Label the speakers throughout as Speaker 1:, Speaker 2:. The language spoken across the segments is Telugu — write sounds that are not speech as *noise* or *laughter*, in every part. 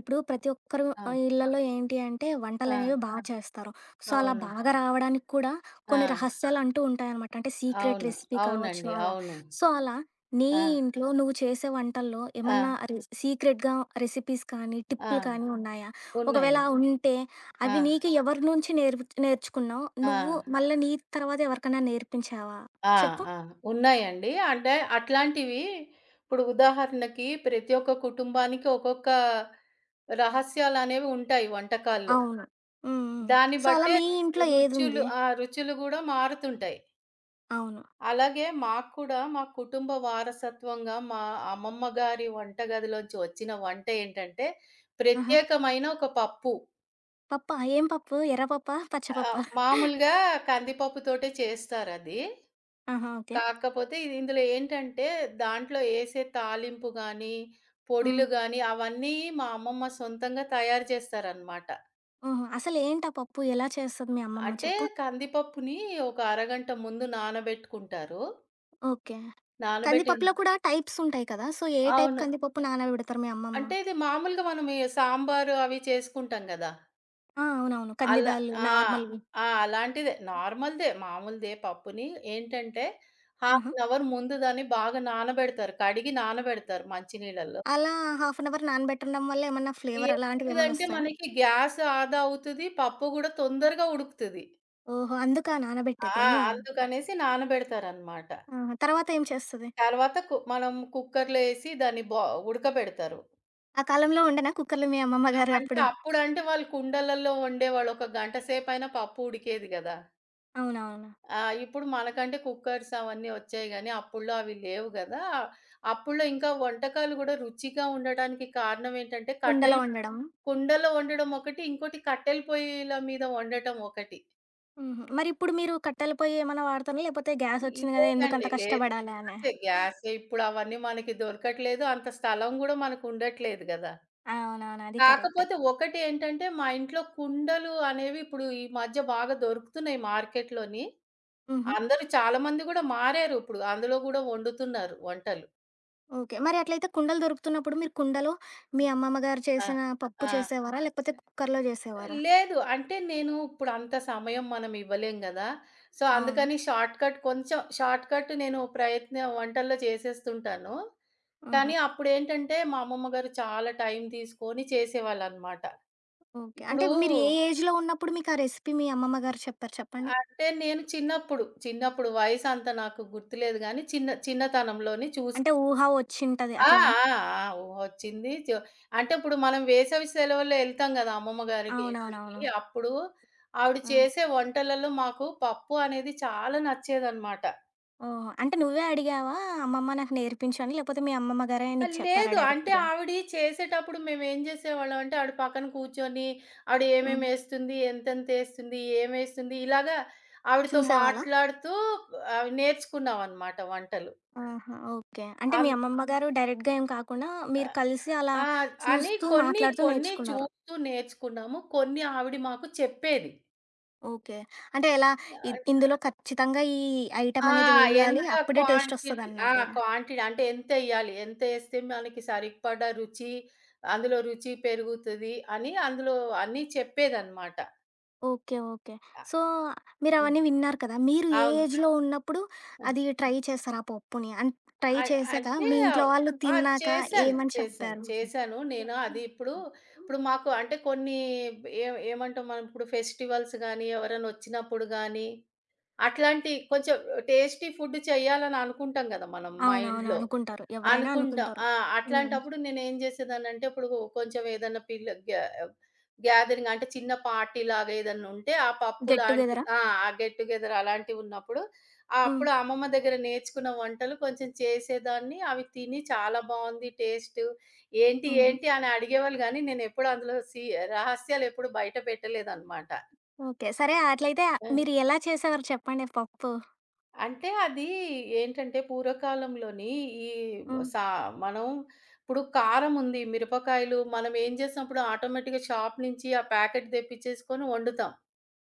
Speaker 1: ఇప్పుడు ప్రతి ఒక్కరు
Speaker 2: ఆ!
Speaker 1: ఇళ్లలో ఏంటి అంటే
Speaker 2: ఆ!
Speaker 1: వంటలనేవి బా చేస్తారు. సో, అలా
Speaker 2: అవును.
Speaker 1: బాగా రావడానికి కూడా
Speaker 2: ఆ!
Speaker 1: కొన్ని రహస్యాలంటూ ఉంటాయనమాట. అంటే సీక్రెట్
Speaker 2: అవును.
Speaker 1: రెసిపీ కావచ్చు
Speaker 2: అవునండి.
Speaker 1: అలా.
Speaker 2: అవును.
Speaker 1: సో, అలా నీ
Speaker 2: ఆ!
Speaker 1: ఇంట్లో నువ్వు చేసే వంటల్లో
Speaker 2: ఆ!
Speaker 1: ఏమన్నా సీక్రెట్‌గా రెసిపీస్ కానీ,
Speaker 2: ఆ!
Speaker 1: టిప్పులు కానీ ఉన్నాయా?
Speaker 2: ఉన్నాయి.
Speaker 1: ఒకవేళ ఉంటే
Speaker 2: ఆ!
Speaker 1: అవి నీకు ఎవరి నుంచి నేర్చుకున్నావు?
Speaker 2: ఆ!
Speaker 1: నువ్వు మళ్ళా నీ తర్వాత ఎవరికన్నా నేర్పించావా?
Speaker 2: ఆ!
Speaker 1: చెప్పు.
Speaker 2: ఆ! ఉన్నాయండి. అంటే అట్లాంటివి ఇప్పుడు ఉదాహరణకి ప్రతి ఒక్క కుటుంబానికి ఒక్కొక్క రహస్యాలనేవి ఉంటాయి వంటకాల్లో.
Speaker 1: అవును. హ్మ్. హ్మ్.
Speaker 2: దాన్ని
Speaker 1: సో, అలా
Speaker 2: బట్టే
Speaker 1: మీ ఇంట్లో
Speaker 2: రుచులు,
Speaker 1: ఏదుంది?
Speaker 2: ఆ! రుచులు గూడా మారుతుంటాయి.
Speaker 1: అవును.
Speaker 2: అలాగే మాకు కూడా మా కుటుంబ వారసత్వంగా మా అమ్మమ్మ గారి వంటగదిలోంచి వచ్చిన వంట ఏంటంటే,
Speaker 1: ఆహా!
Speaker 2: ప్రత్యేకమైన ఒక పప్పు.
Speaker 1: పప్పా? ఏం పప్పు? ఎర్ర పప్పా? పచ్చ పప్పా?
Speaker 2: మామూలుగా కందిపప్పుతోటే చేస్తారది.
Speaker 1: ఆహా! ఓకే.
Speaker 2: కాకపోతే ఇది ఇందులో ఏంటంటే, దాంట్లో ఏసే తాలింపు గానీ,
Speaker 1: హ్మ్.
Speaker 2: పొడులు గానీ అవన్నీ మా అమ్మమ్మ సొంతంగా తయారు చేస్తారనమాట.
Speaker 1: హుహు. అసలేంటా పప్పు? ఎలా చేస్తది మీ అమ్మమ్మ
Speaker 2: అంటే
Speaker 1: చెప్పు?
Speaker 2: కందిపప్పుని ఒక అరగంట ముందు నానబెట్టుకుంటారు.
Speaker 1: ఓకే.
Speaker 2: నానబెట్టిన
Speaker 1: కందిపప్పులో కూడా టైప్స్ ఉంటాయి కదా! సో, ఏ టైప్
Speaker 2: అవును.
Speaker 1: కందిపప్పు నానబెడతారు మీ అమ్మమ్మ?
Speaker 2: అంటే ఇది మామూలుగా మనం ఈ సాంబారు అవి చేసుకుంటాం గదా!
Speaker 1: ఆ! అవునవును. కంది
Speaker 2: అలా
Speaker 1: బ్యాళ్ళు
Speaker 2: ఆ!
Speaker 1: నార్మల్‌వి.
Speaker 2: ఆ! అలాంటిదే నార్మల్‌దే మామూలుదే పప్పుని ఏంటంటే, హాఫ్
Speaker 1: ఆహా!
Speaker 2: అన్ అవర్ ముందు దాన్ని బాగా నానబెడతారు. కడిగి నానబెడతారు మంచినీళ్ళలో.
Speaker 1: అలా హాఫ్ అన్ అవర్ నానబెట్టడం వల్ల ఏమన్నా ఫ్లేవర్ అలాంటివేమన్నా
Speaker 2: ఏమవుతదంటే
Speaker 1: ఒస్తాయా?
Speaker 2: మనకి గ్యాస్ ఆదా అవుతది. పప్పు గూడా తొందరగా ఉడుకుతది.
Speaker 1: ఓహో! అందుకా
Speaker 2: ఆ!
Speaker 1: నానబెట్టేది?
Speaker 2: అందుకనేసి నానబెడతారనమాట.
Speaker 1: ఆహా! తర్వాత ఏం చేస్తది?
Speaker 2: తర్వాత మనం కుక్కర్‌లో ఏసి దాన్ని ఉడకబెడతారు.
Speaker 1: ఆ కాలంలో వండేనా కుక్కర్‌లో మీ అమ్మమ్మ గారు
Speaker 2: అంటే
Speaker 1: అప్పుడు?
Speaker 2: అప్పుడంటే వాళ్ళు కుండలలో వండేవాళ్ళు. ఒక గంట సేపైనా పప్పు ఉడికేది గదా!
Speaker 1: అవునవును.
Speaker 2: ఆ! ఇప్పుడు మనకంటే కుక్కర్స్ అవన్నీ వచ్చాయి గానీ, అప్పుడులో అవి లేవు గదా! అప్పుడులో ఇంకా వంటకాలు గూడా రుచిగా ఉండటానికి కారణం ఏంటంటే,
Speaker 1: కుండలో
Speaker 2: కట్టెలు
Speaker 1: వండడం.
Speaker 2: కుండలో వండడం ఒకటి, ఇంకోటి కట్టెల పొయ్యిల మీద వండటం ఒకటి.
Speaker 1: హుహు. మరిప్పుడు మీరు కట్టెల పొయ్యి ఏమన్నా వాడతారా? లేపోతే గ్యాసొచ్చింది గదా! ఎందుకంత
Speaker 2: లేదండి. లేదు.
Speaker 1: కష్టపడాలా అనా?
Speaker 2: అంతే గ్యాసే ఇప్పుడు అవన్నీ మనకి దొరకట్లేదు. అంత స్థలం గూడా మనకు ఉండట్లేదు గదా!
Speaker 1: అవునవును. అది కరెక్టే.
Speaker 2: కాకపోతే ఒకటేంటంటే, మా ఇంట్లో కుండలు అనేవి ఇప్పుడు ఈ మధ్య బాగా దొరుకుతున్నాయి మార్కెట్‌లోని.
Speaker 1: హుహు.
Speaker 2: అందరూ చాలా మంది గూడా మారారు ఇప్పుడు. అందులో గూడా వండుతున్నారు వంటలు.
Speaker 1: ఓకే. మరి అట్లయితే కుండలు దొరుకుతున్నప్పుడు మీరు కుండలో మీ అమ్మమ్మ గారు
Speaker 2: ఆ!
Speaker 1: చేసిన పప్పు
Speaker 2: ఆ!
Speaker 1: చేసేవారా? లేకపోతే కుక్కర్‌లో జేసేవారా?
Speaker 2: లేదు. అంటే నేను ఇప్పుడు అంత సమయం మనం ఇవ్వలేం గదా! సో,
Speaker 1: అవును.
Speaker 2: అందుకని కొంచెం షార్ట్‌కట్ నేను ప్రయత్నం వంటల్లో చేసేస్తుంటాను.
Speaker 1: ఆహా!
Speaker 2: కానీ అప్పుడేంటంటే, మా అమ్మమ్మ గారు చాలా టైం తీసుకొని చేసేవాళ్ళనమాట.
Speaker 1: ఓకే. అంటే
Speaker 2: ఇప్పుడు
Speaker 1: మీరు ఏ ఏజ్‌లో ఉన్నప్పుడు మీకు ఆ రెసిపీ మీ అమ్మమ్మ గారు చెప్పారు చెప్పండి?
Speaker 2: అంటే నేను చిన్నప్పుడు వయసంత నాకు గుర్తులేదు గానీ, చిన్న చిన్నతనంలోనే చూసా.
Speaker 1: అంటే ఊహ వచ్చింటది
Speaker 2: ఆ!
Speaker 1: అట్లనా?
Speaker 2: ఆ! ఆ! ఊహొచ్చింది. అంటే ఇప్పుడు మనం వేసవి సెలవుల్లో ఎళ్తాం గదా! అమ్మమ్మ గారికి ఇంటికి.
Speaker 1: అవునవునవును.
Speaker 2: అప్పుడు ఆవిడ
Speaker 1: హ్మ్.
Speaker 2: చేసే వంటలలో మాకు పప్పు అనేది చాలా నచ్చేదనమాట.
Speaker 1: ఓహో! అంటే నువ్వే అడిగావా? అమ్మమ్మ నాకు నేర్పించు అని? లేపోతే మీ అమ్మమ్మ గారే
Speaker 2: ఆ!
Speaker 1: నీకు చెప్పారా
Speaker 2: లేదు. అంటే
Speaker 1: డైరెక్ట్‌గా?
Speaker 2: ఆవిడ చేసేటప్పుడు మేమేం జేసేవాళ్ళం అంటే, ఆవిడ పక్కన కూర్చొని, ఆవిడ
Speaker 1: హ్మ్.
Speaker 2: ఏమేమేస్తుంది, ఎంతెంతేస్తుంది, ఏమేస్తుంది, ఇలాగా ఆవిడతో
Speaker 1: చూసేవాళ్ళా?
Speaker 2: మాట్లాడుతూ నేర్చుకున్నామనమాట వంటలు.
Speaker 1: ఆహా! ఓకే. అంటే మీ
Speaker 2: అన్
Speaker 1: అమ్మమ్మ గారు డైరెక్ట్‌గా ఏం కాకుండా
Speaker 2: ఆ!
Speaker 1: మీరు కలిసి అలా
Speaker 2: ఆ! అని
Speaker 1: చూస్తూ,
Speaker 2: కొన్ని,
Speaker 1: మాట్లాడుతూ
Speaker 2: కొన్ని
Speaker 1: నేర్చుకున్నారు.
Speaker 2: చూస్తూ నేర్చుకున్నాము. కొన్ని ఆవిడ మాకు చెప్పేది.
Speaker 1: ఓకే. అంటే ఎలా ఇందులో ఖచ్చితంగా ఈ ఐటెమ్
Speaker 2: ఆ!
Speaker 1: అనేది వేయాలి.
Speaker 2: ఎంత
Speaker 1: అప్పుడే టేస్ట్
Speaker 2: క్వాంటిటీ, ఆ!
Speaker 1: వస్తదన్నట్టే.
Speaker 2: క్వాంటిటీ అంటే ఎంతెయ్యాలి, ఎంతేస్తే మనకి సరిపడా రుచి, అందులో రుచి పెరుగుతది అని అందులో అన్నీ చెప్పేదనమాట.
Speaker 1: ఓకే. ఓకే.
Speaker 2: ఆ!
Speaker 1: So,
Speaker 2: hmm.
Speaker 1: మీరవన్నీ విన్నారు కదా! మీరు ఏ
Speaker 2: అవును.
Speaker 1: ఏజ్‌లో ఉన్నప్పుడు
Speaker 2: ఆ!
Speaker 1: అది ట్రై చేశారు ఆ పప్పుని? అండ్ ట్రై
Speaker 2: అ
Speaker 1: చేశాక
Speaker 2: అంటే
Speaker 1: మీ ఇంట్లో వాళ్ళు
Speaker 2: ఆ!
Speaker 1: తిన్నాక
Speaker 2: చేశాను.
Speaker 1: ఏమని
Speaker 2: చేశాను.
Speaker 1: చెప్పారు?
Speaker 2: చేశాను. నేను అది ఇప్పుడు, ఇప్పుడు మాకు అంటే కొన్ని ఏ ఏమంటాం మనం ఇప్పుడు ఫెస్టివల్స్ గానీ, ఎవరైనా వచ్చినప్పుడు గానీ అట్లాంటి కొంచెం టేస్టీ ఫుడ్ చేయాలని అనుకుంటాం గదా! మనం
Speaker 1: అవునవును.
Speaker 2: మైండ్‌లో.
Speaker 1: అనుకుంటారు. ఎవరైనా
Speaker 2: అనుకుంటాం.
Speaker 1: అనుకుంటారు.
Speaker 2: ఆ!
Speaker 1: హ్మ్.
Speaker 2: అట్లాంటప్పుడు నేనేం జేసేదాన్నంటే, ఇప్పుడు కొంచెం ఏదన్నా పిల్ల గ్యా గ్యాదరింగ్ అంటే చిన్న పార్టీ లాగా ఏదన్నా ఉంటే, ఆ పప్పు
Speaker 1: గెట్
Speaker 2: లాంటి
Speaker 1: టుగెదరా?
Speaker 2: ఆ! ఆ గెట్ టుగెదర్ అలాంటివున్నప్పుడు,
Speaker 1: హ్మ్.
Speaker 2: అప్పుడు అమ్మమ్మ దగ్గర నేర్చుకున్న వంటలు కొంచెం చేసేదాన్ని. అవి తిని చాలా బావుంది టేస్ట్. ఏంటి,
Speaker 1: హుహు.
Speaker 2: ఏంటి అని అడిగేవాళ్ళు గానీ, నేనెప్పుడు అందులో రహస్యాలెప్పుడు బయట పెట్టలేదనమాట.
Speaker 1: ఓకే. సరే అట్లయితే
Speaker 2: ఆ!
Speaker 1: మీరు ఎలా చేసేవారు చెప్పండి పప్పు?
Speaker 2: అంటే అది ఏంటంటే పూర్వకాలంలోని ఈ
Speaker 1: హ్మ్.
Speaker 2: సా మనం ఇప్పుడు కారం ఉంది, మిరపకాయలు మనం ఏం చేసినప్పుడు ఆటోమేటిక్‌గా షాప్ నుంచి ఆ ప్యాకెట్ తెప్పించేసుకొని వండుతాం.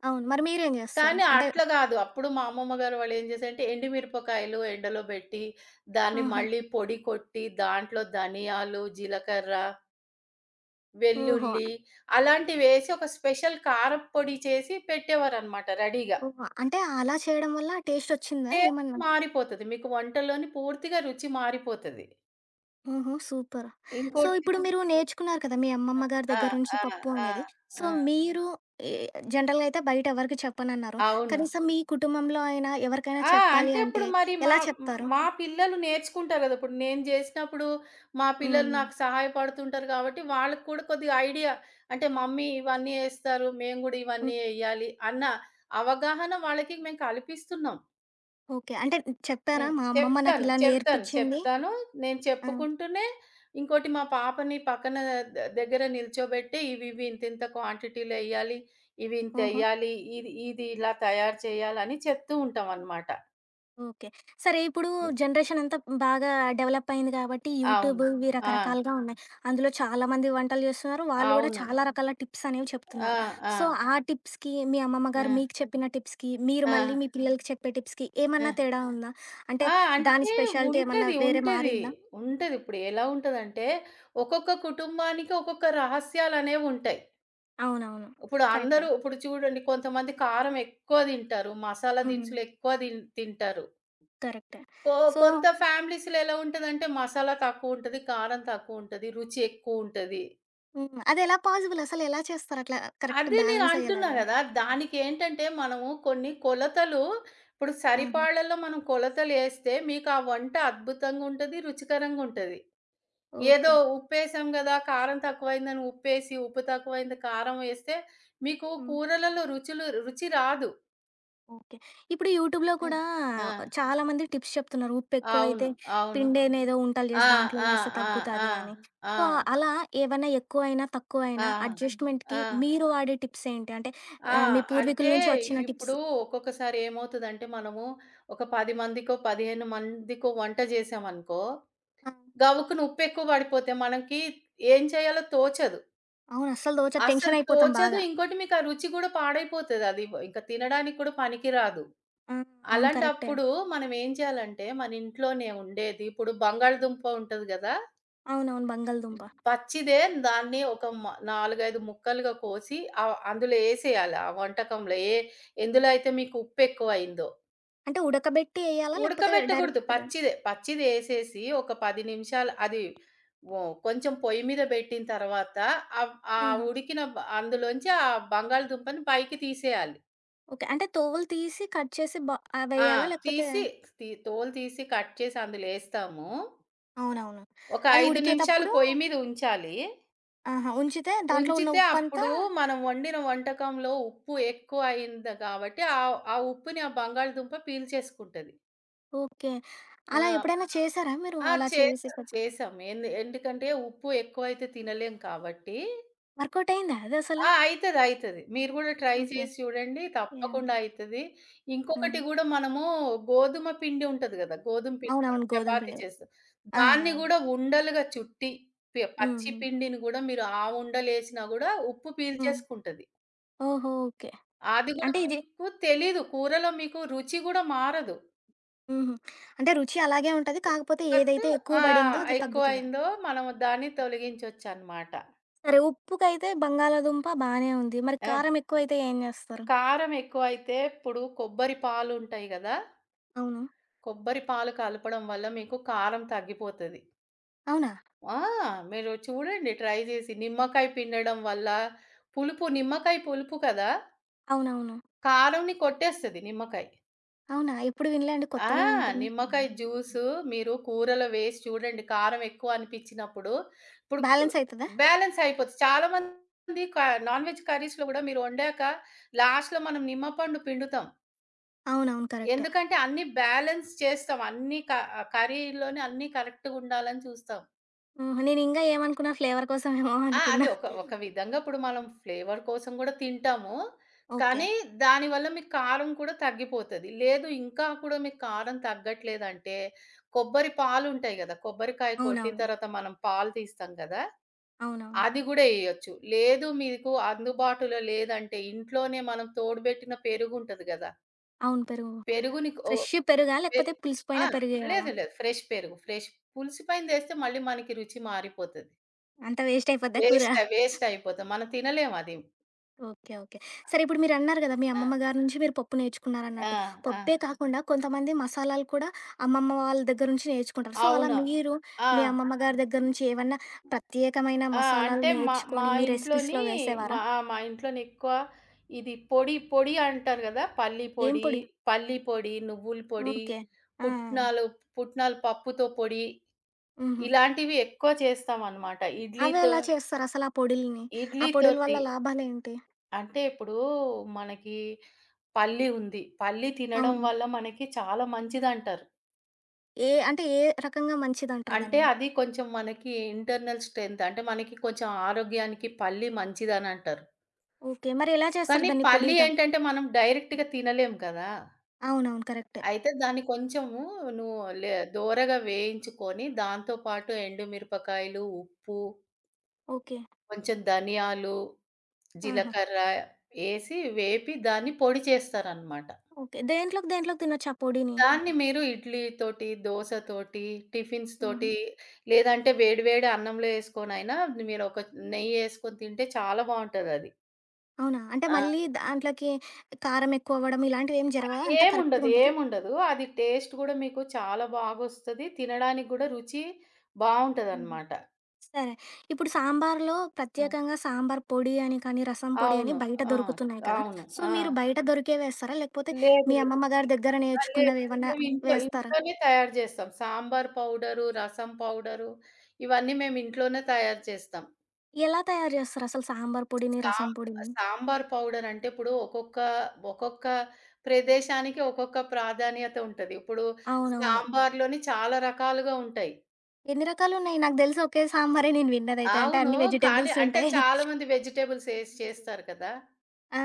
Speaker 1: అవును. మరి మీరేం జేస్తారు?
Speaker 2: కానీ
Speaker 1: అంటే
Speaker 2: అట్లా కాదు. అప్పుడు మా అమ్మమ్మ గారు వాళ్ళు ఏం చేశారంటే ఎండుమిరపకాయలు ఎండలో పెట్టి, దాన్ని
Speaker 1: ఆహా!
Speaker 2: మళ్ళీ పొడి కొట్టి, దాంట్లో ధనియాలు, జీలకర్ర,
Speaker 1: ఓహో!
Speaker 2: వెల్లుల్లి అలాంటివేసి ఒక స్పెషల్ కారప్పొడి చేసి పెట్టేవారనమాట రెడీగా.
Speaker 1: ఓహో! అంటే అలా చేయడం వల్ల టేస్టొచ్చిందా
Speaker 2: టేస్ట్
Speaker 1: ఏమన్నా?
Speaker 2: మారిపోతది. మీకు వంటలోని పూర్తిగా రుచి మారిపోతది.
Speaker 1: ఓహో! సూపర్. సో,
Speaker 2: ఇంకోటి
Speaker 1: ఇప్పుడు మీరు నేర్చుకున్నారు కదా! మీ అమ్మమ్మ గారి
Speaker 2: ఆ!
Speaker 1: దగ్గర నుంచి
Speaker 2: ఆ!
Speaker 1: పప్పు
Speaker 2: ఆ!
Speaker 1: అనేది. సో,
Speaker 2: ఆ!
Speaker 1: మీరు ఏ జనరల్‌గా అయితే బయట ఎవరికీ చెప్పనన్నారు.
Speaker 2: అవును.
Speaker 1: కనీసం మీ కుటుంబంలో అయినా ఎవరికైనా
Speaker 2: ఆ!
Speaker 1: చెప్పాలి
Speaker 2: అంటే
Speaker 1: అంటే
Speaker 2: ఇప్పుడు మరి మా
Speaker 1: ఎలా చెప్తారు?
Speaker 2: మా పిల్లలు నేర్చుకుంటారు గదా! ఇప్పుడు నేను జేసినప్పుడు మా పిల్లలు
Speaker 1: హ్మ్.
Speaker 2: నాకు సహాయపడుతుంటారు గాబట్టి, వాళ్ళకి కూడా కొద్దిగా ఐడియా అంటే మమ్మీ ఇవన్నీ యేస్తారు. మేము గూడా ఇవన్నీ
Speaker 1: హ్మ్.
Speaker 2: యేయాలి అన్న అవగాహన వాళ్ళకి మేము కల్పిస్తున్నాం.
Speaker 1: ఓకే. అంటే చెప్పారా?
Speaker 2: హ్మ్.
Speaker 1: మా అమ్మమ్మ
Speaker 2: చెప్తాను.
Speaker 1: నాకిలా
Speaker 2: చెప్తాను.
Speaker 1: నేర్పిచ్చింది.
Speaker 2: చెప్తాను. నేను
Speaker 1: ఆ!
Speaker 2: చెప్పుకుంటూనే ఇంకోటి మా పాపని పక్కన దగ్గర నిల్చోబెట్టి ఇవి ఇవి ఇంతింత క్వాంటిటీలెయ్యాలి. ఇవి
Speaker 1: ఓహో!
Speaker 2: ఇంతెయ్యాలి. ఇది ఇది ఇలా తయారు చేయాలని చెప్తూ ఉంటామనమాట.
Speaker 1: ఓకే. సరే ఇప్పుడు
Speaker 2: హ్మ్.
Speaker 1: జనరేషన్ అంతా బాగా డెవలప్ అయింది కాబట్టి
Speaker 2: అవును.
Speaker 1: యూట్యూబ్ ఇవి
Speaker 2: ఆ!
Speaker 1: రకరకాలుగా ఉన్నాయి. అందులో చాలామంది వంటలు చేస్తున్నారు. వాళ్ళు గూడా
Speaker 2: అవును.
Speaker 1: చాలా రకాల టిప్స్ అనేవి
Speaker 2: ఆ!
Speaker 1: చెప్తున్నారు. సో,
Speaker 2: ఆ!
Speaker 1: ఆ టిప్స్‌కి మీ అమ్మమ్మ
Speaker 2: ఆ!
Speaker 1: గారు మీకు చెప్పిన టిప్స్‌కి, మీరు
Speaker 2: ఆ!
Speaker 1: మళ్ళీ మీ పిల్లలకి చెప్పే టిప్స్‌కి
Speaker 2: ఆ!
Speaker 1: ఏమన్నా తేడా ఉందా? అంటే
Speaker 2: ఆ!
Speaker 1: దాని
Speaker 2: అంటే
Speaker 1: స్పెషాలిటీ ఏమన్నా
Speaker 2: ఉంటది.
Speaker 1: వేరే
Speaker 2: ఉంటది.
Speaker 1: మారిందా?
Speaker 2: ఉంటది. ఇప్పుడు ఎలా ఉంటదంటే, ఒక్కొక్క కుటుంబానికి ఒక్కొక్క రహస్యాలనేవుంటాయి.
Speaker 1: అవునవును.
Speaker 2: ఇప్పుడు
Speaker 1: కరెక్టే.
Speaker 2: అందరూ ఇప్పుడు చూడండి కొంతమంది కారం ఎక్కువ తింటారు. మసాలా
Speaker 1: హ్మ్.
Speaker 2: దినుసులు ఎక్కువ తింటారు.
Speaker 1: కరెక్టే.
Speaker 2: కొ
Speaker 1: సో
Speaker 2: కొంత ఫ్యామిలీస్‌లో ఎలా ఉంటదంటే మసాలా తక్కువుంటది, కారం తక్కువుంటది, రుచి ఎక్కువుంటది.
Speaker 1: హ్మ్. అదెలా పాజిబుల్ అసలెలా చేస్తారు అట్లా కరెక్ట్
Speaker 2: అదే నేను
Speaker 1: బ్యాలెన్స్
Speaker 2: అంటున్నా
Speaker 1: అయ్యేలాగా?
Speaker 2: గదా! దానికేంటంటే మనము కొన్ని కొలతలు ఇప్పుడు
Speaker 1: ఆహా!
Speaker 2: సరిపాళలో మనం కొలతలేస్తే మీకు ఆ వంట అద్భుతంగుంటది, రుచికరంగుంటది. ఏదో
Speaker 1: ఓకే.
Speaker 2: ఉప్పేసాం గదా! కారం తక్కువైందని ఉప్పేసి, ఉప్పు తక్కువైంది కారం వేస్తే మీకు
Speaker 1: హ్మ్.
Speaker 2: కూరలలో రుచి రాదు.
Speaker 1: ఓకే. ఇప్పుడు యూట్యూబ్‌లో
Speaker 2: హ్మ్.
Speaker 1: కూడా
Speaker 2: ఆ!
Speaker 1: చాలామంది టిప్స్ చెప్తున్నారు. ఉప్పెక్కువైతే
Speaker 2: అవును. అవును.
Speaker 1: పిండేనేదో ఉంటలు
Speaker 2: ఆ!
Speaker 1: చేసి దాంట్లో
Speaker 2: ఆ!
Speaker 1: వేస్తే
Speaker 2: ఆ! ఆ!
Speaker 1: తగ్గుతాది అని.
Speaker 2: ఆ!
Speaker 1: సో, అలా ఏవన్నా ఎక్కువైనా,
Speaker 2: ఆ!
Speaker 1: తక్కువైనా
Speaker 2: ఆ!
Speaker 1: అడ్జస్ట్‌మెంట్‌కి మీరు వాడే టిప్స్ ఏంటి? అంటే
Speaker 2: ఆ!
Speaker 1: మీ పూర్వీకుల
Speaker 2: అంటే
Speaker 1: నుంచి వచ్చిన టిప్స్.
Speaker 2: ఇప్పుడు ఒక్కొక్కసారి ఏమవుతదంటే మనము ఒక 10 మందికో, 15 మందికో వంట జేశామనుకో,
Speaker 1: ఆ!
Speaker 2: గవుక్కున ఉప్పెక్కువ పడిపోతే మనకి ఏం చేయాలో తోచదు.
Speaker 1: అవును. అస్సలు దోచదు.
Speaker 2: అస్సలు
Speaker 1: టెన్షన్ అయిపోతాం
Speaker 2: తోచదు.
Speaker 1: బాగా.
Speaker 2: ఇంకోటి మీకు ఆ రుచి గూడా పాడైపోతదది. ఇంక తినడానికి కూడా పనికిరాదు.
Speaker 1: ఆ! అవును. కరెక్టే.
Speaker 2: అలాంటప్పుడు మనం ఏం చేయాలంటే, మన ఇంట్లోనే ఉండేది ఇప్పుడు బంగాళదుంప ఉంటది గదా!
Speaker 1: అవునవును. బంగాళదుంప.
Speaker 2: పచ్చిదే దాన్ని ఒక 4, 5 ముక్కలుగా కోసి అందులో ఏసేయాలి ఆ వంటకంలో. ఎందులో అయితే మీకు ఉప్పెక్కువయిందో.
Speaker 1: అంటే ఉడకబెట్టి ఎయ్యాలా? లేకపోతే
Speaker 2: ఉడకబెట్టకూడదు
Speaker 1: డైరెక్ట్‌గా
Speaker 2: పచ్చిదే. పచ్చిది ఏసేసి ఒక 10 నిమిషాలు అది ఓ కొంచెం పొయ్యి మీద బెట్టిన తర్వాత ఆహ్, ఆ
Speaker 1: ఆహా!
Speaker 2: ఉడికిన అందులోంచి ఆ బంగాళదుంపని పైకి తీసేయాలి.
Speaker 1: ఓకే. అంటే తోలు తీసి కట్ చేసి
Speaker 2: ఆ!
Speaker 1: వెయ్యాలా? లేకపోతే
Speaker 2: తీసి తి తోలు తీసి కట్ చేసి అందులో ఏస్తాము.
Speaker 1: అవునవును.
Speaker 2: ఒక
Speaker 1: అది
Speaker 2: 5 నిమిషాలు
Speaker 1: ఉడికేతప్పుడు
Speaker 2: పొయ్యి మీద ఉంచాలి.
Speaker 1: ఆహా! ఉంచితే దాంట్లో ఉన్న
Speaker 2: ఉంచితే
Speaker 1: ఉప్పంతా
Speaker 2: అప్పుడు మనం వండిన వంటకంలో ఉప్పు ఎక్కువ అయింది కాబట్టి ఆ ఆ ఉప్పుని ఆ బంగాళదుంప పీల్చేసుకుంటది.
Speaker 1: ఓకే.
Speaker 2: ఆ!
Speaker 1: అలా ఎప్పుడైనా చేసారా మీరు?
Speaker 2: ఆ!
Speaker 1: అలా చేసి
Speaker 2: చేసాం.
Speaker 1: కొత్త
Speaker 2: చేసాం. ఎందుకంటే ఉప్పు ఎక్కువైతే తినలేం కాబట్టి
Speaker 1: వర్కౌట్ అయిందా అదసల?
Speaker 2: ఆ! అయితది. అయితది. మీరు గూడా ట్రై
Speaker 1: ఓకే.
Speaker 2: చేసి చూడండి.
Speaker 1: యాహ్!
Speaker 2: తప్పకుండా అయితది. ఇంకొకటి
Speaker 1: ఆహా!
Speaker 2: గూడా మనము గోధుమ పిండి ఉంటది గదా! గోధుమ పిండి మనం
Speaker 1: అవునవును. గోధుమ
Speaker 2: చపాతీ
Speaker 1: పిండి.
Speaker 2: చేస్తాం.
Speaker 1: ఆ!
Speaker 2: దాన్ని
Speaker 1: ఆ!
Speaker 2: గూడా ఉండలుగా చుట్టి
Speaker 1: హ్మ్.
Speaker 2: పచ్చి
Speaker 1: హ్మ్.
Speaker 2: పిండిని గూడా మీరు ఆ ఉండలేసినా గూడా ఉప్పు
Speaker 1: హ్మ్.
Speaker 2: పీల్చేసుకుంటది.
Speaker 1: ఓహో! ఓకే.
Speaker 2: అది గూడా
Speaker 1: అంటే ఇది
Speaker 2: మీకు తెలీదు. కూరలో మీకు రుచి గూడా మారదు.
Speaker 1: హుహు. అంటే రుచి అలాగే ఉంటది. కాకపోతే
Speaker 2: కత్
Speaker 1: ఏదైతే ఎక్కువ పడిందో అది తగ్గుతది.
Speaker 2: ఎక్కువయిందో మనం దాన్ని తొలగించొచ్చనమాట.
Speaker 1: సరే ఉప్పుకైతే బంగాళాదుంప బానే ఉంది. మరి
Speaker 2: ఆ!
Speaker 1: కారం ఎక్కువైతే ఏం చేస్తారు?
Speaker 2: కారం ఎక్కువైతే ఇప్పుడు కొబ్బరి పాలుంటాయి గదా!
Speaker 1: అవును.
Speaker 2: కొబ్బరి పాలు కలపడం వల్ల మీకు కారం తగ్గిపోతది.
Speaker 1: అవునా?
Speaker 2: ఆ! మీరు చూడండి ట్రై జేసి. నిమ్మకాయ పిండడం వల్ల నిమ్మకాయ పులుపు కదా!
Speaker 1: అవునవును.
Speaker 2: కారంని కొట్టేస్తది నిమ్మకాయ.
Speaker 1: అవునా? ఎప్పుడు వినలే అండి.
Speaker 2: ఆ!
Speaker 1: కొత్తగా వింటున్నా.
Speaker 2: నిమ్మకాయ జ్యూసు మీరు కూరలో వేసి చూడండి. కారం ఎక్కువ అనిపించినప్పుడు, ఇప్పుడు
Speaker 1: బ్యాలెన్స్ అయితదా?
Speaker 2: బ్యాలెన్స్ అయిపోతది. చాలా మంది నాన్ వెజ్ కర్రీస్‌లో గూడా మీరు వండాక లాస్ట్‌లో మనం నిమ్మపండు పిండుతాం.
Speaker 1: అవునవును. కరెక్టే.
Speaker 2: ఎందుకంటే అన్నీ బ్యాలెన్స్ చేస్తాం. అన్నీ క కర్రీలోనే అన్నీ కరెక్ట్‌గా ఉండాలని చూస్తాం.
Speaker 1: ఆహా! నేనింగా ఏమనుకున్నా ఫ్లేవర్ కోసమేమో *laughs*
Speaker 2: ఆ! అది
Speaker 1: అనుకున్నా.
Speaker 2: ఒక ఒక విధంగా ఇప్పుడు మనం ఫ్లేవర్ కోసం గూడా తింటాము.
Speaker 1: ఓకే.
Speaker 2: కానీ దానివల్ల మీకు కారం కూడా తగ్గిపోతది. లేదు ఇంకా కూడా మీకు కారం తగ్గట్లేదంటే, కొబ్బరి పాలుంటాయి గదా! కొబ్బరికాయ కొట్టిన
Speaker 1: అవునవును.
Speaker 2: తర్వాత మనం పాలు తీస్తాం గదా!
Speaker 1: అవునవును.
Speaker 2: అది గూడా ఎయొచ్చు. లేదు మీకు అందుబాటులో లేదంటే ఇంట్లోనే మనం తోడుబెట్టిన పెరుగుంటది గదా!
Speaker 1: అవును. పెరుగు.
Speaker 2: పెరుగుని ఓ
Speaker 1: ఫ్రెష్ పెరుగా?
Speaker 2: పెరు
Speaker 1: లేకపోతే పులిసిపోయిన
Speaker 2: ఆ!
Speaker 1: పెరుగేయాలా?
Speaker 2: లేదు లేదు. ఫ్రెష్ పెరుగు. ఫ్రెష్ పులిసిపోయిందేస్తే మళ్ళీ మనకి రుచి మారిపోతది.
Speaker 1: అంతా వేస్ట్ అయిపోద్దా కూర?
Speaker 2: వేస్ట్ వేస్ట్ అయిపోతాం. మనం తినలేమది.
Speaker 1: ఓకే. ఓకే. సరే ఇప్పుడు మీరన్నారు గదా! మీ
Speaker 2: ఆ!
Speaker 1: అమ్మమ్మ గారి నుంచి మీరు పప్పు
Speaker 2: ఆ!
Speaker 1: నేర్చుకున్నారన్నట్టు. అవును. పప్పే
Speaker 2: ఆ!
Speaker 1: కాకుండా కొంతమంది మసాలాలు కూడా అమ్మమ్మ వాళ్ళ దగ్గర నుంచి నేర్చుకుంటారు. సో, అలా
Speaker 2: అవును.
Speaker 1: మీరు
Speaker 2: ఆ!
Speaker 1: మీ అమ్మమ్మ గారి దగ్గర నుంచి ఏవన్నా ప్రత్యేకమైన
Speaker 2: ఆ!
Speaker 1: మసాలాలు
Speaker 2: అంటే మా మా
Speaker 1: నేర్చుకొని మీ
Speaker 2: ఇంట్లోని
Speaker 1: రెసిపీస్‌లో
Speaker 2: మా
Speaker 1: వేసేవారా?
Speaker 2: ఆ! మా ఇంట్లోని ఎక్కువ ఇది పొడి అంటారు గదా!
Speaker 1: ఏం పొడి?
Speaker 2: పల్లి పొడి, నువ్వుల పొడి,
Speaker 1: ఓకే. ఆ! ఆ!
Speaker 2: పుట్నాలు పుట్నాలు పప్పుతో పొడి
Speaker 1: హుహు.
Speaker 2: ఇలాంటివి ఎక్కువ చేస్తామనమాట.
Speaker 1: అవి ఎలా చేస్తారసలు ఆ పొడిల్ని? ఆ పొడిల వల్ల
Speaker 2: ఇడ్లీతోటి
Speaker 1: లాభాలేంటి?
Speaker 2: అంటే ఇప్పుడు మనకి పల్లి ఉంది. పల్లి తినడం
Speaker 1: అవును.
Speaker 2: వల్ల మనకి చాలా మంచిదంటారు.
Speaker 1: ఏ అంటే ఏ రకంగా మంచిదంటారు
Speaker 2: అంటే
Speaker 1: దాన్ని?
Speaker 2: అది కొంచెం మనకి ఇంటర్నల్ స్ట్రెంత్. అంటే మనకి కొంచెం ఆరోగ్యానికి పల్లి మంచిదనంటారు.
Speaker 1: ఓకే. మరి ఎలా చేస్తారు
Speaker 2: కానీ
Speaker 1: దాన్ని
Speaker 2: పల్లి
Speaker 1: పొడిగా?
Speaker 2: ఏంటంటే మనం డైరెక్ట్‌గా తినలేం కదా!
Speaker 1: అవునవును. కరెక్టే.
Speaker 2: అయితే దాన్ని కొంచెము నువ్వు లే దోరగా వేయించుకొని దాంతో పాటు ఎండుమిరపకాయలు, ఉప్పు,
Speaker 1: ఓకే.
Speaker 2: కొంచెం ధనియాలు,
Speaker 1: ఆహా!
Speaker 2: జీలకర్ర ఏసి వేపి దాన్ని పొడి చేస్తారనమాట.
Speaker 1: ఓకే. దేంట్లోకి దేంట్లోకి తినొచ్చు ఆ పొడిని?
Speaker 2: దాన్ని మీరు ఇడ్లీ తోటి, దోస తోటి, టిఫిన్స్
Speaker 1: హుహు.
Speaker 2: తోటి లేదంటే వేడి వేడి అన్నంలో యేసుకొనైనా మీరొక నెయ్యి యేసుకొని తింటే చాలా బావుంటదది.
Speaker 1: అవునా? అంటే
Speaker 2: ఆ!
Speaker 1: మళ్ళీ దాంట్లోకి కారం ఎక్కువవ్వడం ఇలాంటివేం జరగవా? అంతా
Speaker 2: ఏముండదు.
Speaker 1: కరెక్ట్‌గుంటదా?
Speaker 2: ఏముండదు. అది టేస్ట్ గూడా మీకు చాలా బాగొస్తది. తినడానికి గూడా రుచి
Speaker 1: హుహు.
Speaker 2: బావుంటదనమాట.
Speaker 1: సరే. ఇప్పుడు సాంబార్‌లో
Speaker 2: ఆ!
Speaker 1: ప్రత్యేకంగా సాంబార్ పొడి అని కానీ, రసం పొడి అని
Speaker 2: అవును.
Speaker 1: బయట
Speaker 2: ఆ!
Speaker 1: దొరుకుతున్నాయి కదా!
Speaker 2: అవును.
Speaker 1: సో,
Speaker 2: ఆ!
Speaker 1: మీరు బయట దొరికేవేస్తారా? లేకపోతే
Speaker 2: లేదు.
Speaker 1: మీ
Speaker 2: లేదు.
Speaker 1: అమ్మమ్మ గారి దగ్గర
Speaker 2: ఆ! లేదు.
Speaker 1: నేర్చుకున్నవేవన్నా వేస్తారా?
Speaker 2: ఇంట్లోనే తయారు జేస్తాం. సాంబార్ పౌడరు, రసం పౌడరు ఇవన్నీ మేమింట్లోనే తయారు చేస్తాం.
Speaker 1: ఎలా తయారు జేస్తారసలు సాంబార్ పొడిని,
Speaker 2: సాం
Speaker 1: రసం పొడిని?
Speaker 2: సాంబార్ పౌడర్ అంటే ఇప్పుడు ఒక్కొక్క ప్రదేశానికి ఒక్కొక్క ప్రాధాన్యత ఉంటది. ఇప్పుడు
Speaker 1: అవునవును.
Speaker 2: సాంబార్‌లోని చాలా రకాలుగా ఉంటాయి.
Speaker 1: ఎన్ని రకాలున్నాయి? నాకు తెలిసి ఒకే సాంబారే నేను విన్నదైతే. అంటే
Speaker 2: అవును.
Speaker 1: అన్ని
Speaker 2: కానీ
Speaker 1: వెజిటబుల్స్
Speaker 2: అంటే
Speaker 1: ఉంటాయి.
Speaker 2: చాలామంది వెజిటబుల్స్ ఏసి చేస్తారు కదా!
Speaker 1: ఆ!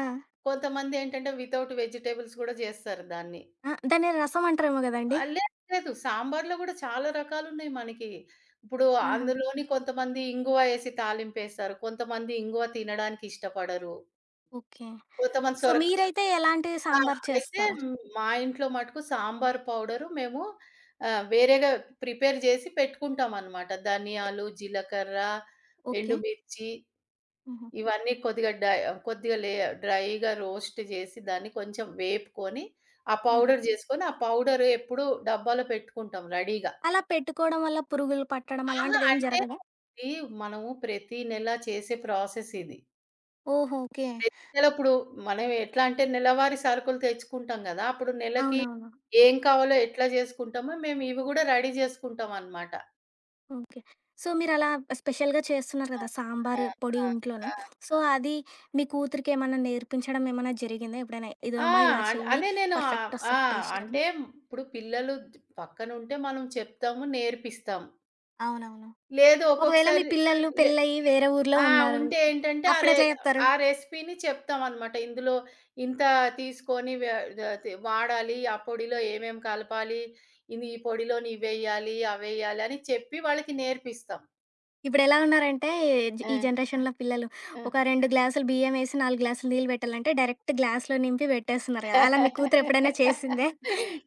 Speaker 2: కొంతమందేంటంటే వితౌట్ వెజిటబుల్స్ కూడా చేస్తారు దాన్ని.
Speaker 1: ఆ! దాన్ని రసం అంటారేమో గదండీ!
Speaker 2: లేదు, లేదు. సాంబార్‌లో కూడా చాలా రకాలున్నాయి మనకి. ఇప్పుడు
Speaker 1: ఆహా!
Speaker 2: అందులోని కొంతమంది ఇంగువ ఏసి తాలింపేస్తారు. కొంతమంది ఇంగువ తినడానికి ఇష్టపడరు.
Speaker 1: ఓకే.
Speaker 2: కొంతమంది
Speaker 1: సో,
Speaker 2: సొరక
Speaker 1: మీరైతే ఎలాంటి
Speaker 2: ఆ!
Speaker 1: సాంబార్
Speaker 2: అయితే
Speaker 1: చేస్తారు?
Speaker 2: మా ఇంట్లో మటుకు సాంబార్ పౌడరు మేము వేరేగా ప్రిపేర్ చేసి పెట్టుకుంటామనమాట. ధనియాలు, జీలకర్ర,
Speaker 1: ఓకే.
Speaker 2: ఎండుమిర్చి
Speaker 1: హుహు.
Speaker 2: ఇవన్నీ కొద్దిగా డ్రైగా రోస్ట్ చేసి దాన్ని కొంచెం వేపుకొని, ఆ
Speaker 1: ఆహా!
Speaker 2: పౌడర్ చేసుకొని, ఆ పౌడర్ ఎప్పుడూ డబ్బాలో పెట్టుకుంటాం రెడీగా.
Speaker 1: అలా పెట్టుకోవడం వల్ల పురుగులు పట్టడం
Speaker 2: ఆహా!
Speaker 1: అలాంటిదేం
Speaker 2: అంటే
Speaker 1: జరగదా?
Speaker 2: ఇది మనము ప్రతి నెల చేసే ప్రాసెస్ ఇది.
Speaker 1: ఓహో! ఓకే.
Speaker 2: ప్రతి నెల ఇప్పుడు మనం ఎట్లా అంటే నెలవారీ సరుకులు తెచ్చుకుంటాం గదా! అప్పుడు నెలకి
Speaker 1: అవునవును.
Speaker 2: ఏం కావాలో ఎట్లా జేసుకుంటామో మేము ఇవి గూడా రెడీ జేసుకుంటామనమాట.
Speaker 1: ఓకే. సో, మీరలా స్పెషల్‌గా చేస్తున్నారు
Speaker 2: ఆ!
Speaker 1: కదా!
Speaker 2: ఆ!
Speaker 1: సాంబారు పొడి ఇంట్లోనే.
Speaker 2: ఆ! ఆ!
Speaker 1: సో, అది మీ కూతురికేమన్నా నేర్పించడం ఏమన్నా జరిగిందా ఎప్పుడైనా?
Speaker 2: ఆ!
Speaker 1: ఇదిగోమ్మా ఇలా
Speaker 2: అన్-
Speaker 1: చెయ్యి
Speaker 2: అదే నేను ఆహ్, ఆ!
Speaker 1: పర్ఫెక్టొస్తది టేస్టని.
Speaker 2: అంటే ఇప్పుడు పిల్లలు పక్కనుంటే మనం చెప్తాము, నేర్పిస్తాం.
Speaker 1: అవునవును.
Speaker 2: లేదు
Speaker 1: ఒకవేళ మీ
Speaker 2: ఒక్కొక్కసారి
Speaker 1: పిల్లలు
Speaker 2: లే
Speaker 1: పెళ్ళయ్యి వేరే ఊర్లో
Speaker 2: ఆ!
Speaker 1: ఉన్నారు.
Speaker 2: ఉంటే ఏంటంటే
Speaker 1: అప్పుడెట్లా చెప్తారు?
Speaker 2: ఆ రెసిపీని చెప్తామనమాట. ఇందులో ఇంత తీసుకొని వే ద తి వాడాలి. ఆ పొడిలో ఏమేం కలపాలి. ఇది ఈ పొడిలోని ఇవేయాలి, అవేయాలి అని చెప్పి వాళ్ళకి నేర్పిస్తాం.
Speaker 1: ఇప్పుడెలా ఉన్నారంటే
Speaker 2: ఆ!
Speaker 1: ఈ జనరేషన్‌లో పిల్లలు
Speaker 2: ఆ!
Speaker 1: ఒక 2 గ్లాసులు బియ్యమేసి 4 గ్లాసులు నీళ్ళు పెట్టాలంటే డైరెక్ట్ గ్లాస్‌లో నింపి పెట్టేస్తున్నారు కదా! అలా మీ కూతురు ఎప్పుడైనా చేసిందే?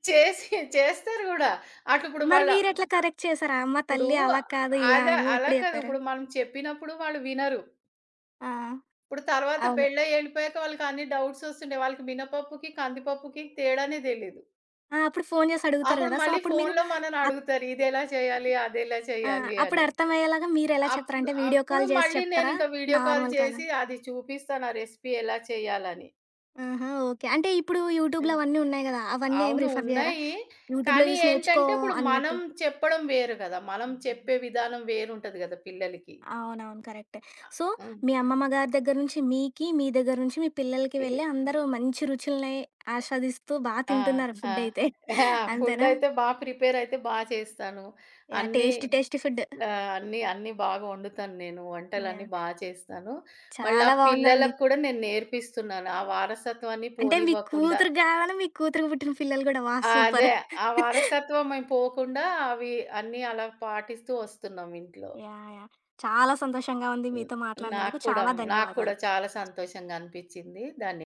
Speaker 2: చేసి చేస్తారు గూడా. అటు ఇప్పుడు
Speaker 1: మరి
Speaker 2: వాళ్ళ
Speaker 1: మీరెట్లా కరెక్ట్ చేశారు? అమ్మ
Speaker 2: ఇప్పుడు
Speaker 1: తల్లి అలా కాదు ఇలా
Speaker 2: అద
Speaker 1: అని
Speaker 2: అలా
Speaker 1: ఎప్పుడు
Speaker 2: కాదు.
Speaker 1: చెప్పారు?
Speaker 2: ఇప్పుడు మనం చెప్పినప్పుడు వాళ్ళు వినరు.
Speaker 1: ఆ!
Speaker 2: ఇప్పుడు తర్వాత
Speaker 1: అవును.
Speaker 2: పెళ్ళై ఎళ్ళిపోయాక వాళ్ళకి అన్ని డౌట్స్ వస్తుంటాయి. వాళ్ళకి మినపప్పుకి, కందిపప్పుకి తేడానే తెలీదు.
Speaker 1: ఆ! అప్పుడు ఫోను చేసి అడుగుతారు
Speaker 2: అప్పుడు
Speaker 1: గదా! సో,
Speaker 2: మళ్ళీ
Speaker 1: అప్పుడు మీరు
Speaker 2: ఫోన్‌లో మనల్ని
Speaker 1: అప్
Speaker 2: అడుగుతారు. ఇదెలా చేయాలి? అదెలా
Speaker 1: ఆ!
Speaker 2: చేయాలి?
Speaker 1: అప్పుడు
Speaker 2: అని.
Speaker 1: అర్థమయ్యేలాగా మీరెలా చెప్తారు?
Speaker 2: అప్పుడు
Speaker 1: అంటే వీడియో
Speaker 2: అప్పుడు
Speaker 1: కాల్ చేసి
Speaker 2: మళ్ళీ
Speaker 1: చెప్తారా?
Speaker 2: నేనింక వీడియో కాల్
Speaker 1: నార్మల్ కాలా?
Speaker 2: చేసి అది చూపిస్తాను. ఆ రెసిపీ ఎలా చేయాలని.
Speaker 1: ఆహా! ఓకే. అంటే ఇప్పుడు యూట్యూబ్‌లో
Speaker 2: హ్మ్.
Speaker 1: అవన్నీ ఉన్నాయి గదా! అవన్నీ ఏం
Speaker 2: అవును.
Speaker 1: రిఫర్ చేయరా?
Speaker 2: ఉన్నాయి.
Speaker 1: యూట్యూబ్‌లో
Speaker 2: కానీ
Speaker 1: చూసి నేర్చుకో
Speaker 2: ఏంటంటే ఇప్పుడు మనం
Speaker 1: అన్నట్టు.
Speaker 2: చెప్పడం వేరు గదా! మనం చెప్పే విధానం వేరుంటది గదా! పిల్లలకి.
Speaker 1: అవునవును. కరెక్టే.
Speaker 2: ఆ!
Speaker 1: సో,
Speaker 2: హ్మ్.
Speaker 1: మీ అమ్మమ్మ గారి దగ్గర నుంచి మీకి, మీ దగ్గర నుంచి మీ పిల్లలకి
Speaker 2: పిల్లి
Speaker 1: వెళ్ళి అందరూ మంచి రుచుల్ని ఆస్వాదిస్తూ బా
Speaker 2: ఆ!
Speaker 1: తింటున్నారు
Speaker 2: ఆ!
Speaker 1: ఫుడ్డయితే.
Speaker 2: ఆ! ఫుడ్
Speaker 1: అంతేనా?
Speaker 2: అయితే బా ప్రిపేర్ అయితే బా చేస్తాను.
Speaker 1: యాహ్!
Speaker 2: అన్నీ
Speaker 1: టేస్టీ టేస్టీ ఫుడ్.
Speaker 2: ఆ! అన్నీ బాగా వండుతాను నేను. వంటలన్నీ
Speaker 1: యాహ్!
Speaker 2: బా చేస్తాను. మళ్ళా
Speaker 1: చాలా బావుందండి.
Speaker 2: పిల్లలకు కూడా నేను నేర్పిస్తున్నాను. ఆ వారసత్వాన్ని
Speaker 1: అంటే మీ
Speaker 2: పోనివ్వకుండా.
Speaker 1: కూతురు గావాల, మీ కూతురికి పుట్టిన పిల్లలు గూడా. వాహ్!
Speaker 2: ఆ! అదే.
Speaker 1: సూపర్.
Speaker 2: ఆ వారసత్వం ఏం పోకుండా అవి అన్నీ అలా పాటిస్తూ వస్తున్నాం ఇంట్లో.
Speaker 1: యాహ్! యాహ్! చాలా సంతోషంగా ఉంది
Speaker 2: హ్మ్.
Speaker 1: మీతో
Speaker 2: నాకు
Speaker 1: మాట్లాడినందుకు.
Speaker 2: కూడా
Speaker 1: చాలా
Speaker 2: నాకు కూడా
Speaker 1: ధన్యవాదాలు.
Speaker 2: చాలా సంతోషంగా అనిపిచ్చింది. ధన్య